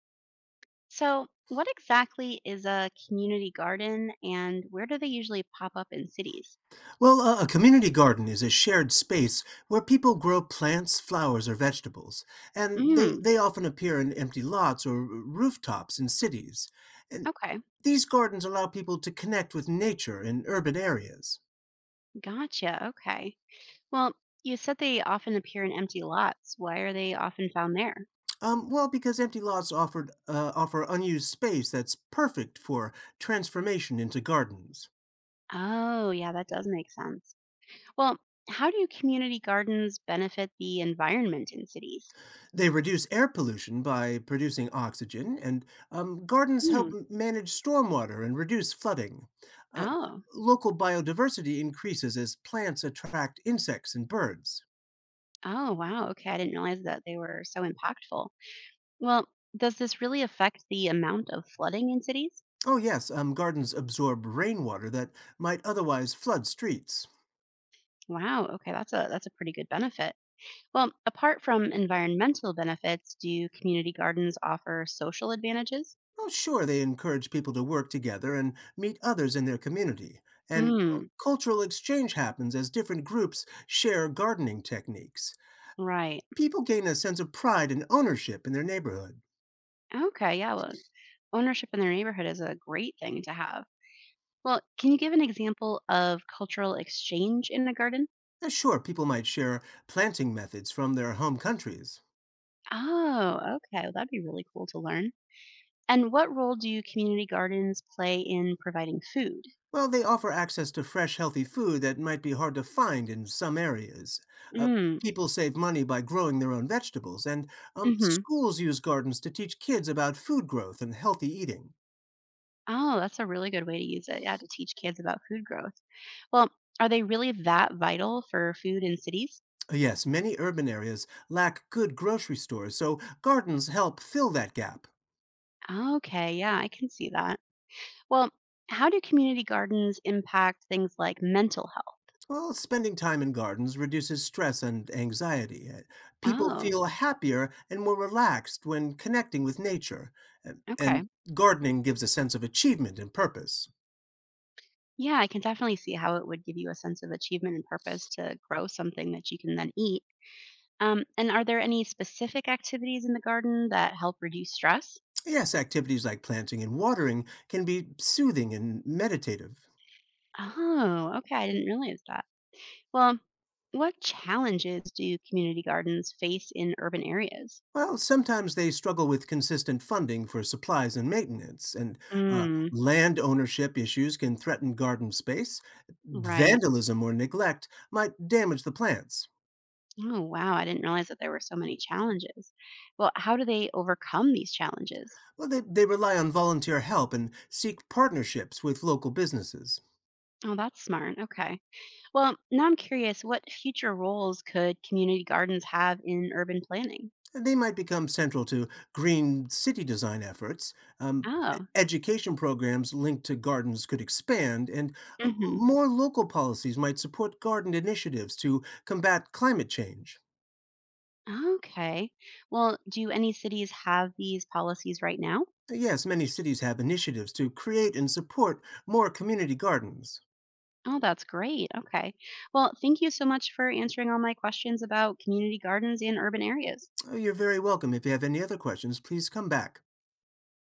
So, what exactly is a community garden and where do they usually pop up in cities? Well, a community garden is a shared space where people grow plants, flowers, or vegetables, and they, Mm, they often appear in empty lots or rooftops in cities. And okay, these gardens allow people to connect with nature in urban areas. gotcha. Okay. Well, you said they often appear in empty lots. Why are they often found there? Well, because empty lots offer unused space that's perfect for transformation into gardens. Oh, yeah, that does make sense. Well, how do community gardens benefit the environment in cities? They reduce air pollution by producing oxygen, and gardens help Hmm. Manage stormwater and reduce flooding. Uh, Oh, Local biodiversity increases as plants attract insects and birds. oh, wow. Okay, I didn't realize that they were so impactful. Well, does this really affect the amount of flooding in cities? Oh, yes, gardens absorb rainwater that might otherwise flood streets. Wow. Okay, that's a pretty good benefit. Well, apart from environmental benefits, do community gardens offer social advantages? Oh, sure, they encourage people to work together and meet others in their community. And Mm, cultural exchange happens as different groups share gardening techniques. right. People gain a sense of pride and ownership in their neighborhood. Okay, yeah, well, ownership in their neighborhood is a great thing to have. Well, can you give an example of cultural exchange in a garden? Sure, people might share planting methods from their home countries. Oh, okay. Well, that'd be really cool to learn. And what role do community gardens play in providing food? Well, they offer access to fresh, healthy food that might be hard to find in some areas. Uh, Mm, People save money by growing their own vegetables, and mm-hmm. schools use gardens to teach kids about food growth and healthy eating. Oh, that's a really good way to use it. Yeah, to teach kids about food growth. Well, are they really that vital for food in cities? Yes, many urban areas lack good grocery stores, so gardens help fill that gap. Okay, yeah, I can see that. Well, how do community gardens impact things like mental health? Well, spending time in gardens reduces stress and anxiety. People Oh, feel happier and more relaxed when connecting with nature. Okay. And gardening gives a sense of achievement and purpose. Yeah, I can definitely see how it would give you a sense of achievement and purpose to grow something that you can then eat. And are there any specific activities in the garden that help reduce stress? Yes, activities like planting and watering can be soothing and meditative. Oh, okay. I didn't realize that. Well, what challenges do community gardens face in urban areas? Well, sometimes they struggle with consistent funding for supplies and maintenance, and Mm, land ownership issues can threaten garden space. right. Vandalism or neglect might damage the plants. Oh, wow. I didn't realize that there were so many challenges. Well, how do they overcome these challenges? Well, they rely on volunteer help and seek partnerships with local businesses. Oh, that's smart. Okay. Well, now I'm curious what future roles could community gardens have in urban planning? And they might become central to green city design efforts. Oh, Education programs linked to gardens could expand, and hmm, more local policies might support garden initiatives to combat climate change. okay. Well, do any cities have these policies right now? Yes, many cities have initiatives to create and support more community gardens. Oh, that's great. Okay. Well, thank you so much for answering all my questions about community gardens in urban areas. You're very welcome. If you have any other questions, please come back.